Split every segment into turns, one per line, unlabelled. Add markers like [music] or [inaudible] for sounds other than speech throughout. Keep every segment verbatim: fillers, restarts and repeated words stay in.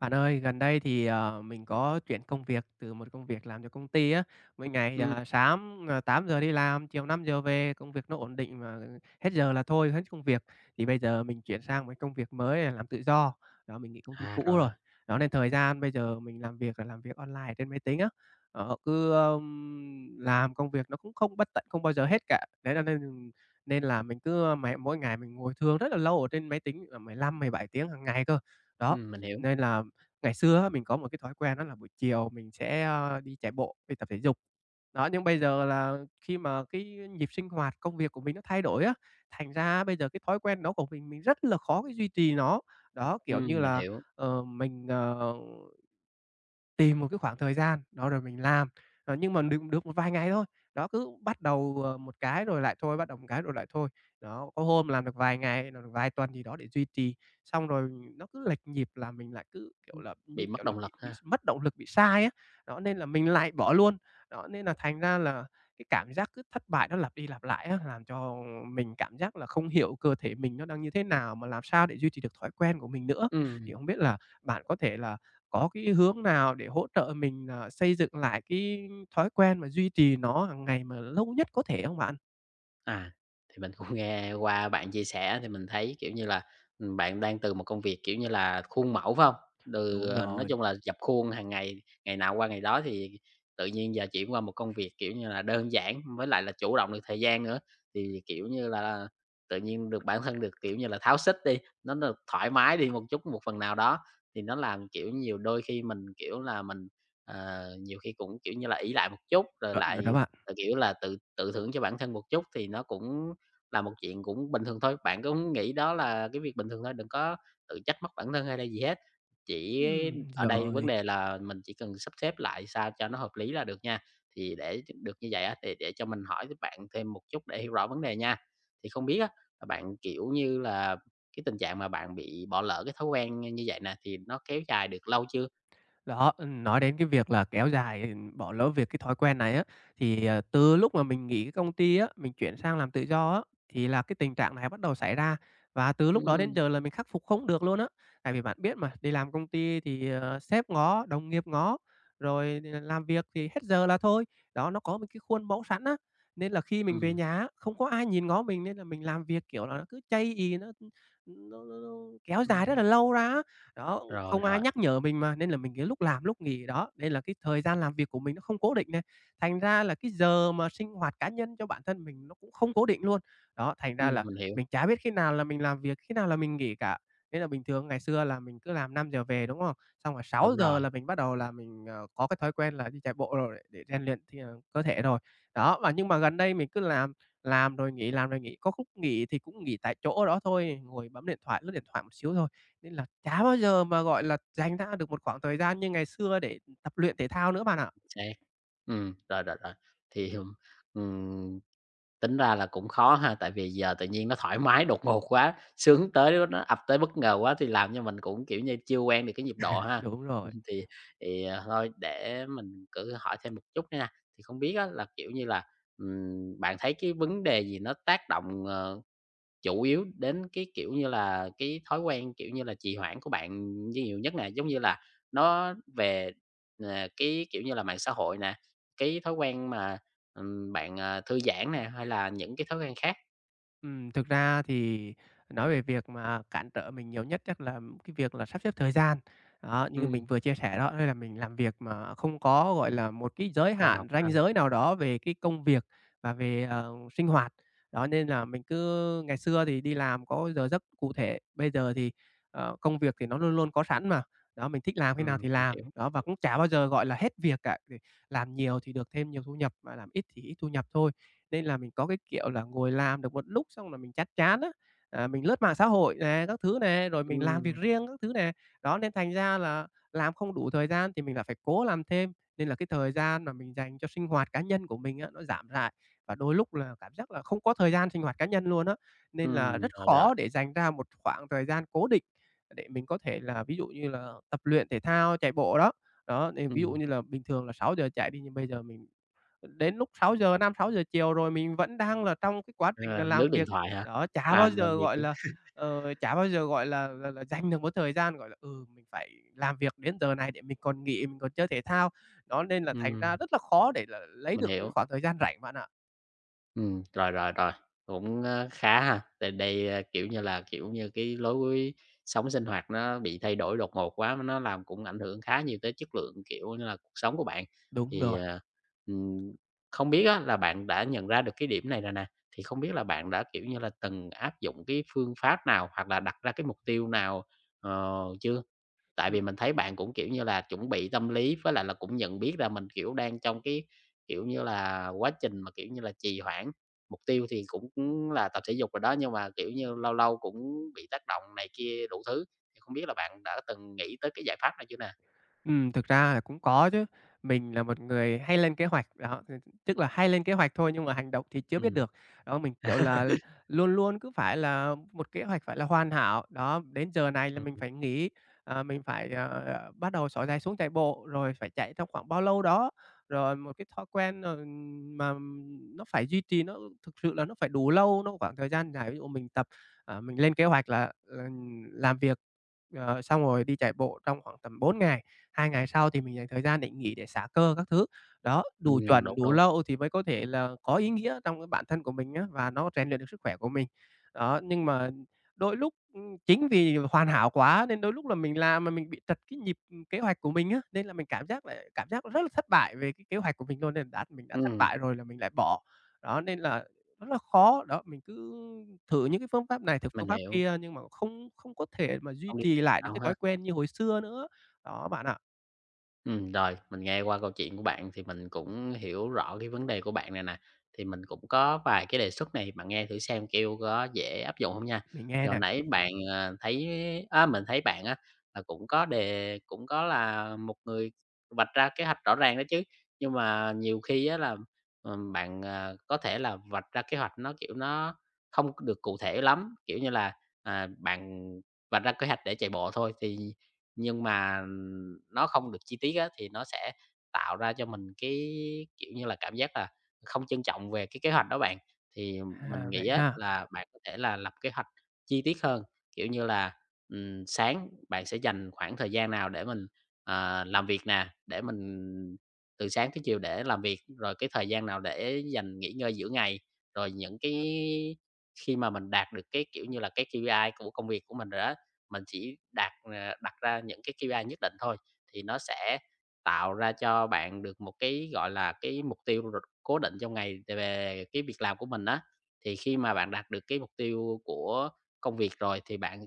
Bạn ơi, gần đây thì, ờ, mình có chuyển công việc từ một công việc làm cho công ty á. Mỗi ngày,
Ừm,
à, sáng, ờ, tám giờ đi làm, chiều năm giờ về, công việc nó ổn định mà hết giờ là thôi, hết công việc. Thì bây giờ mình chuyển sang một cái công việc mới là làm tự do, đó, mình nghỉ công ty
à,
cũ
rồi,
rồi. Đó, nên thời gian bây giờ mình làm việc là làm việc online trên máy tính á, ờ, cứ, ờm, làm công việc nó cũng không bất tận, không bao giờ hết cả. Đấy, là nên nên là mình cứ mày mỗi ngày mình ngồi thường rất là lâu ở trên máy tính, là mười lăm mười bảy tiếng hàng ngày cơ. Đó,
ừm, mình hiểu.
nên là ngày xưa á, mình có một cái thói quen đó là buổi chiều mình sẽ, ơ, đi chạy bộ, đi tập thể dục. Đó, nhưng bây giờ là khi mà cái nhịp sinh hoạt công việc của mình nó thay đổi á, thành ra bây giờ cái thói quen đó của mình mình rất là khó cái duy trì nó. Đó, kiểu
Ừm,
như
mình
là,
hiểu.
ờ, mình, ờ tìm một cái khoảng thời gian, đó, rồi mình làm, ờ, nhưng mà được được một vài ngày thôi. Đó, cứ bắt đầu, ờ, một cái rồi lại thôi, bắt đầu một cái rồi lại thôi. Đó, có hôm làm được vài ngày, làm được vài tuần gì đó để duy trì, xong rồi nó cứ lệch nhịp là mình lại cứ, kiểu
ừm,
là,
bị
như
mất
kiểu là,
động lực
bị bị
ha.
mất động lực, bị sai á. Đó, nên là mình lại bỏ luôn. Đó, nên là thành ra là cái cảm giác cứ thất bại nó lặp đi lặp lại á, làm cho mình cảm giác là không hiểu cơ thể mình nó đang như thế nào, mà làm sao để duy trì được thói quen của mình nữa.
Ừm,
Thì không biết là bạn có thể là có cái hướng nào để hỗ trợ mình, ờ, xây dựng lại cái thói quen mà duy trì nó hàng ngày mà lâu nhất có thể không bạn?
À, thì mình cũng [laughs] nghe qua bạn chia sẻ thì mình thấy, kiểu như là, ừm, bạn đang từ một công việc, kiểu như là, khuôn mẫu, phải hông? Từ,
Đúng
ờ, nói
rồi,
chung là dập khuôn hàng ngày, ngày nào qua ngày đó thì tự nhiên giờ chuyển qua một công việc, kiểu như là, đơn giản với lại là chủ động được thời gian nữa, thì, kiểu như là, tự nhiên được bản thân được, kiểu như là, tháo xích đi, nó được thoải mái đi một chút, một phần nào đó, thì nó làm, kiểu, nhiều đôi khi mình, kiểu là, mình, ờ, nhiều khi cũng, kiểu như là, ỷ lại một chút rồi
chuẩn rồi đó
lại
bạn.
là, kiểu là, tự tự thưởng cho bản thân một chút thì nó cũng là một chuyện cũng bình thường thôi, bạn cũng nghĩ đó là cái việc bình thường thôi, đừng có tự trách móc bản thân hay là gì hết. Chỉ
Ừm,
ở đây vấn
rồi.
đề là mình chỉ cần sắp xếp lại sao cho nó hợp lý là được nha. Thì để được như vậy á, thì để cho mình hỏi với bạn thêm một chút để hiểu rõ vấn đề nha. Thì không biết á, là bạn, kiểu như là, cái tình trạng mà bạn bị bỏ lỡ cái thói quen như vậy nè, thì nó kéo dài được lâu chưa?
Đó, ừm, nói đến cái việc là kéo dài, ừm, bỏ lỡ việc cái thói quen này á, thì, ờ, từ lúc mà mình nghỉ cái công ty á, mình chuyển sang làm tự do á, thì là cái tình trạng này bắt đầu xảy ra. Và từ lúc đó đến
Ừm,
giờ là mình khắc phục không được luôn á. Tại vì bạn biết mà, đi làm công ty thì, ờ, sếp ngó, đồng nghiệp ngó, rồi ờ, làm việc thì hết giờ là thôi. Đó, nó có một cái khuôn mẫu sẵn á, nên là khi mình về
ừm,
nhà á, không có ai nhìn ngó mình nên là mình làm việc, kiểu là, nó cứ chây ỳ, nó, nó nó nó kéo dài rất
ừm,
là lâu ra á. Đó,
Rồi,
không ai
rồi.
nhắc nhở mình mà, nên là mình cái lúc làm lúc nghỉ đó, nên là cái thời gian làm việc của mình nó không cố định này, thành ra là cái giờ mà sinh hoạt cá nhân cho bản thân mình nó cũng không cố định luôn. Đó, thành
Ừm,
ra là
mình hiểu.
mình chả biết khi nào là mình làm việc, khi nào là mình nghỉ cả. Nên là bình thường ngày xưa là mình cứ làm năm giờ về, đúng không? Xong rồi sáu
Đúng
giờ
rồi.
là mình bắt đầu là mình, ờ, có cái thói quen là đi chạy bộ rồi để để rèn luyện thì, ờ, cơ thể rồi. Đó, và nhưng mà gần đây mình cứ làm làm rồi nghỉ, làm rồi nghỉ, có khúc nghỉ thì cũng nghỉ tại chỗ đó thôi, ngồi bấm điện thoại, lướt điện thoại một xíu thôi. Nên là chả bao giờ mà, gọi là, dành ra được một khoảng thời gian như ngày xưa để tập luyện thể thao nữa bạn ạ.
Xác. Ừm, rồi, rồi, rồi. Thì, ừm, tính ra là cũng khó ha, tại vì giờ tự nhiên nó thoải mái đột ngột quá, sướng tới nó nó ập tới bất ngờ quá thì làm cho mình cũng, kiểu như, chưa quen được cái nhịp độ ha.
Đúng
Ừm,
rồi.
thì thì, ờ, Thôi để mình cứ hỏi thêm một chút nữa nha, thì không biết á là, kiểu như là, ừm, bạn thấy cái vấn đề gì nó tác động, ờ chủ yếu đến cái, kiểu như là, cái thói quen, kiểu như là, trì hoãn của bạn nhiều nhất nè, giống như là, nó về, ờ, cái, kiểu như là, mạng xã hội nè, cái thói quen mà, ừm, bạn, ờ, thư giãn nè, hay là những cái thói quen khác?
Ừm, thực ra thì nói về việc mà cản trở mình nhiều nhất chắc là cái việc là sắp xếp thời gian. Đó, như
Ừm,
mình vừa chia sẻ đó, nên là mình làm việc mà không có, gọi là, một cái giới
Khoa
hạn,
học ha.
ranh giới nào đó về cái công việc và về, ờ, sinh hoạt. Đó, nên là mình cứ ngày xưa thì đi làm có giờ giấc cụ thể, bây giờ thì, ờ, công việc thì nó luôn luôn có sẵn mà. Đó, mình thích làm khi nào
Ừm,
thì
mình
làm,
hiểu.
đó, và cũng chả bao giờ, gọi là, hết việc cả. Làm nhiều thì được thêm nhiều thu nhập mà làm ít thì ít thu nhập thôi. Nên là mình có cái kiểu là ngồi làm được một lúc xong là mình chán chán á, à, mình lướt mạng xã hội nè, các thứ nè, rồi mình làm việc
Ừm,
riêng các thứ nè. Đó, nên thành ra là làm không đủ thời gian thì mình lại phải cố làm thêm, nên là cái thời gian mà mình dành cho sinh hoạt cá nhân của mình á, nó giảm lại và đôi lúc là cảm giác là không có thời gian sinh hoạt cá nhân luôn á. Nên là
ừm,
rất
Rồi, rồi.
khó để dành ra một khoảng thời gian cố định để mình có thể là ví dụ như là tập luyện thể thao, chạy bộ đó. Đó, thì ví dụ
Ừm,
như là bình thường là sáu giờ chạy đi, nhưng bây giờ mình đến lúc sáu giờ năm sáu giờ chiều rồi mình vẫn đang là trong cái quá trình là
ờ,
làm
Lướt điện
việc.
thoại hả?
Đó, chả
À,
bao
làm
giờ,
việc
gọi
á.
là, ờ, chả bao giờ, gọi là là là, dành được một thời gian, gọi là, ừ, mình phải làm việc đến giờ này để mình còn nghỉ, mình còn chơi thể thao. Đó, nên là thành ra rất là khó để là lấy
Mình
được một cái
hiểu.
khoảng thời gian rảnh bạn ạ.
Ừ, rồi, rồi, rồi, cũng, ơ, khá ha. Tại đây, a, kiểu như là, kiểu như, cái lối sống sinh hoạt nó bị thay đổi đột ngột quá, nó làm cũng ảnh hưởng khá nhiều tới chất lượng, kiểu như là, cuộc sống của bạn.
Đúng
Thì,
rồi.
à, ừm, không biết á là bạn đã nhận ra được cái điểm này rồi nè, thì không biết là bạn đã, kiểu như là, từng áp dụng cái phương pháp nào hoặc là đặt ra cái mục tiêu nào, ờ, chưa? Tại vì mình thấy bạn cũng, kiểu như là, chuẩn bị tâm lý với lại là cũng nhận biết là mình, kiểu, đang trong cái kiểu như là, quá trình mà, kiểu như là, trì hoãn mục tiêu thì cũng là tập thể dục rồi đó, nhưng mà, kiểu như, lâu lâu cũng bị tác động này kia đủ thứ, thì không biết là bạn đã từng nghĩ tới cái giải pháp này chưa nè?
Ừm, thực ra là cũng có chứ. Mình là một người hay lên kế hoạch, đó, t tức là hay lên kế hoạch thôi nhưng mà hành động thì chưa biết
Ừm.
được. Đó, mình, kiểu là, luôn luôn cứ phải là một kế hoạch phải là hoàn hảo. Đó, đến giờ này là
Ừm.
mình phải nghỉ, ờ, mình phải, à, ờ, bắt đầu xỏ giày xuống chạy bộ, rồi phải chạy trong khoảng bao lâu đó. Rồi một cái thói quen, ờ, mà nó phải duy trì, nó thực sự là nó phải đủ lâu, nó khoảng thời gian dài. Ví dụ mình tập, ờ, mình lên kế hoạch là, ờ, làm việc, ờ, xong rồi đi chạy bộ trong khoảng tầm bốn ngày, hai ngày sau thì mình dành thời gian để nghỉ, để xả cơ các thứ. Đó, đủ
Ừm,
chuẩn,
đúng,
đủ
đúng.
lâu thì mới có thể là có ý nghĩa trong cái bản thân của mình á, và nó rèn luyện được sức khỏe của mình. Đó, nhưng mà đôi lúc, ừm, chính vì hoàn hảo quá nên đôi lúc là mình làm mà mình bị trật cái nhịp, ừm, kế hoạch của mình á, nên là mình cảm giác lại cảm giác rất là thất bại về cái kế hoạch của mình luôn, nên đã mình đã thất
Ừm,
bại rồi là mình lại bỏ. Đó, nên là rất là khó. Đó, mình cứ thử những cái phương pháp này, thử
mình
phương pháp
hiểu,
kia nhưng mà không không có thể mà duy
không đi
trì lại được
đâu
cái
ha.
thói quen như hồi xưa nữa. Đó bạn ạ.
Ừm, rồi, mình nghe qua câu chuyện của bạn thì mình cũng hiểu rõ cái vấn đề của bạn này nè, thì mình cũng có vài cái đề xuất này, bạn nghe thử xem, kêu có dễ áp dụng không nha.
Mình
Thì
nghe
hồi
nè.
nãy bạn, ờ, thấy á, mình thấy bạn á, là cũng có đề cũng có là một người vạch ra kế hoạch rõ ràng đó chứ, nhưng mà nhiều khi á là, ừm, bạn, ờ, có thể là vạch ra kế hoạch nó, kiểu, nó không được cụ thể lắm, kiểu như là, à, bạn vạch ra kế hoạch để chạy bộ thôi thì nhưng mà, nó không được chi tiết á, thì nó sẽ tạo ra cho mình cái, kiểu như là, cảm giác là không trân trọng về cái kế hoạch đó bạn. Thì mình
À,
nghĩ
vậy
á
ha.
là bạn có thể là lập kế hoạch chi tiết hơn, kiểu như là, ừm, sáng bạn sẽ dành khoảng thời gian nào để mình, ờ, làm việc nè, để mình từ sáng tới chiều để làm việc, rồi cái thời gian nào để dành nghỉ ngơi giữa ngày. Rồi những cái khi mà mình đạt được cái, kiểu như là, cái kây pi ai của công việc của mình rồi đó mình chỉ đạt, ờ, đặt ra những cái ca pê i nhất định thôi, thì nó sẽ tạo ra cho bạn được một cái, gọi là, cái mục tiêu r cố định trong ngày về cái việc làm của mình á. Thì khi mà bạn đạt được cái mục tiêu của công việc rồi thì bạn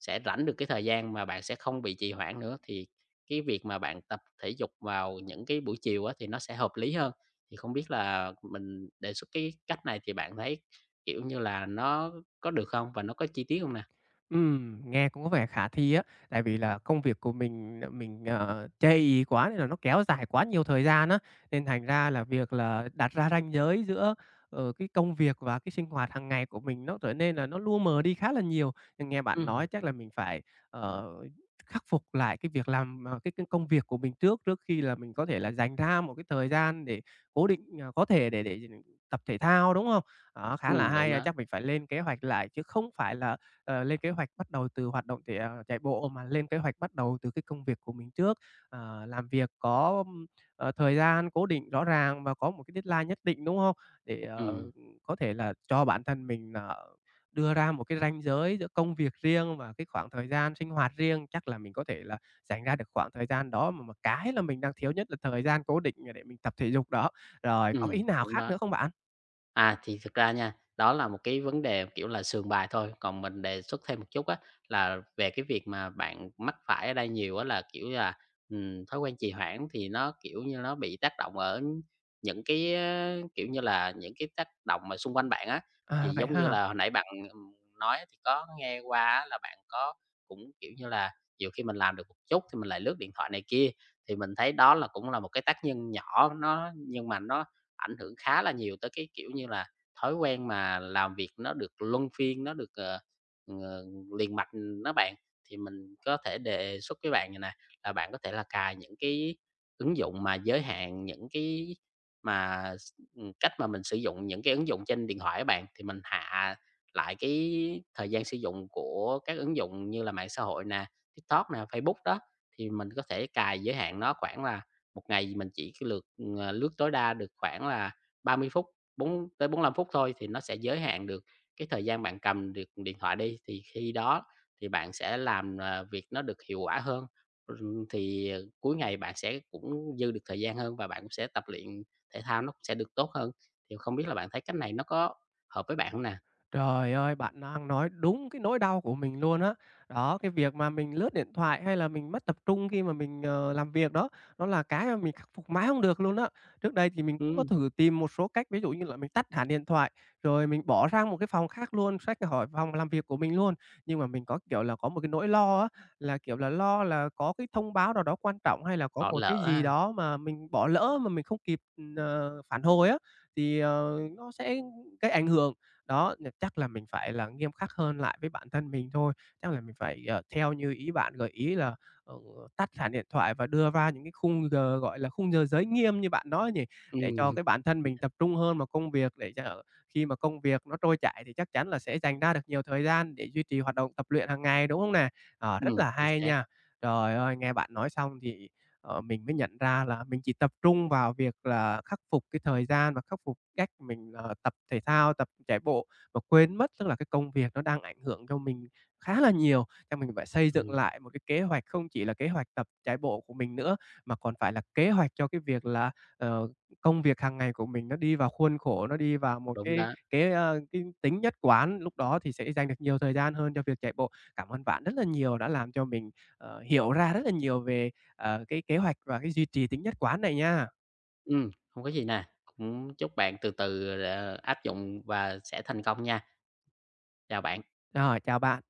sẽ rảnh được cái thời gian mà bạn sẽ không bị trì hoãn nữa, thì cái việc mà bạn tập thể dục vào những cái buổi chiều á thì nó sẽ hợp lý hơn. Thì không biết là mình đề xuất cái cách này thì bạn thấy, kiểu như là, nó có được không và nó có chi tiết không nè?
Ừm, nghe cũng có vẻ khả thi á, tại vì là công việc của mình ờ, mình, ờ, chây ỳ quá nên là nó kéo dài quá nhiều thời gian á, nên thành ra là việc là đặt ra ranh giới giữa, ờ, cái công việc và cái sinh hoạt hàng ngày của mình nó trở nên là nó lu mờ đi khá là nhiều. Nhưng nghe bạn
Ừm,
nói chắc là mình phải, ờ, khắc phục lại cái việc làm, ờ, cái cái công việc của mình trước, trước khi là mình có thể là dành ra một cái thời gian để cố định, ờ, có thể để để ừ, tập thể thao, đúng không? Đó, khá là
ừm, Đúng
hay, à,
đó.
chắc mình phải lên kế hoạch lại chứ không phải là ờ, lên kế hoạch bắt đầu từ hoạt động thể à, chạy bộ mà lên kế hoạch bắt đầu từ cái công việc của mình trước, ờ, làm việc có, ưm, ờ, thời gian cố định rõ ràng và có một cái deadline nhất định, đúng không? Để,
Ừm,
ờ, có thể là cho bản thân mình là đưa ra một cái ranh giới giữa công việc riêng và cái khoảng thời gian sinh hoạt riêng. Chắc là mình có thể là dành ra được khoảng thời gian đó, mà mà cái là mình đang thiếu nhất là thời gian cố định để mình tập thể dục đó. Rồi, có
ừm,
ý nào
Đúng
khác
đó.
nữa không bạn?
À, thì thực ra nha, đó là một cái vấn đề, kiểu là, sườn bài thôi, còn mình đề xuất thêm một chút á, là về cái việc mà bạn mắc phải ở đây nhiều á là, kiểu là, ừm, thói quen trì hoãn thì nó, kiểu như, nó bị tác động ở những cái, á, kiểu như là, những cái tác động mà xung quanh bạn á. Thì
À, vậy
giống như
ha.
là hồi nãy bạn, ừm, nói thì có nghe qua á là bạn có cũng, kiểu như là, nhiều khi mình làm được một chút thì mình lại lướt điện thoại này kia, thì mình thấy đó là cũng là một cái tác nhân nhỏ nó nhưng mà nó ảnh hưởng khá là nhiều tới cái, kiểu như là, thói quen mà làm việc nó được luân phiên, nó được, ờ, ờ, liền mạch đó bạn. Thì mình có thể đề xuất với bạn như này là bạn có thể là cài những cái ứng dụng mà giới hạn những cái mà s ừm, cách mà mình sử dụng những cái ứng dụng trên điện thoại của bạn, thì mình hạ lại cái thời gian sử dụng của các ứng dụng như là mạng xã hội nè, TikTok nè, Facebook đó, thì mình có thể cài giới hạn nó khoảng là một ngày mình chỉ lượt Ờ, lướt tối đa được khoảng là ba mươi phút, bốn tới bốn lăm phút thôi thì nó sẽ giới hạn được cái thời gian bạn cầm được điện thoại đi, thì khi đó thì bạn sẽ làm, à, việc nó được hiệu quả hơn. Ừm, thì, ờ, cuối ngày bạn sẽ cũng dư được thời gian hơn và bạn cũng sẽ tập luyện thể thao nó cũng sẽ được tốt hơn. Thì không biết là bạn thấy cách này nó có hợp với bạn không nè?
Trời ơi, bạn đang nói đúng cái nỗi đau của mình luôn á. Đó, cái việc mà mình lướt điện thoại hay là mình mất tập trung khi mà mình, ờ, làm việc đó, nó là cái mà mình khắc phục mãi không được luôn á. Trước đây thì mình cũng có
Ừm,
thử tìm một số cách, ví dụ như là mình tắt hẳn điện thoại, rồi mình bỏ sang một cái phòng khác luôn, xách khỏi phòng làm việc của mình luôn. Nhưng mà mình có, kiểu là, có một cái nỗi lo á, là, kiểu là, lo là có cái thông báo nào đó quan trọng hay là có
Bỏ
một
lỡ
cái gì
ha.
đó mà mình bỏ lỡ mà mình không kịp, ờ, phản hồi á, thì, ờ, nó sẽ gây ảnh hưởng đó, nh chắc là mình phải là nghiêm khắc hơn lại với bản thân mình thôi. Chắc là mình phải, ờ, theo như ý bạn gợi ý là, ờ, tắt hẳn điện thoại và đưa ra những cái khung giờ, gọi là, khung giờ giới nghiêm như bạn nói nhỉ, để
Ừm,
cho
[laughs]
cái bản thân mình tập trung hơn vào công việc, để cho khi mà công việc nó trôi chảy thì chắc chắn là sẽ dành ra được nhiều thời gian để duy trì hoạt động tập luyện hàng ngày, đúng không nè? Ờ, rất
ừm,
là
chính
hay
xác.
nha. Trời ơi, nghe bạn nói xong thì ờ, mình mới nhận ra là mình chỉ tập trung vào việc là khắc phục cái thời gian và khắc phục cách mình, ờ, tập thể thao, tập chạy bộ và quên mất tức là cái công việc nó đang ảnh hưởng cho mình khá là nhiều. Chắc mình phải xây dựng
Ừm,
lại một cái kế hoạch không chỉ là kế hoạch tập chạy bộ của mình nữa, mà còn phải là kế hoạch cho cái việc là, ờ, công việc hàng ngày của mình nó đi vào khuôn khổ, nó đi vào một
Đúng
cái
đó.
cái, ơ, cái tính nhất quán, lúc đó thì sẽ dành được nhiều thời gian hơn cho việc chạy bộ. Cảm ơn bạn rất là nhiều đã làm cho mình, ờ, hiểu ra rất là nhiều về ờ, cái kế hoạch và cái duy trì tính nhất quán này nha.
Ừm, hông có gì nè, cũng chúc bạn từ từ, ờ, áp dụng và sẽ thành công nha. Chào bạn.
Rồi, chào bạn.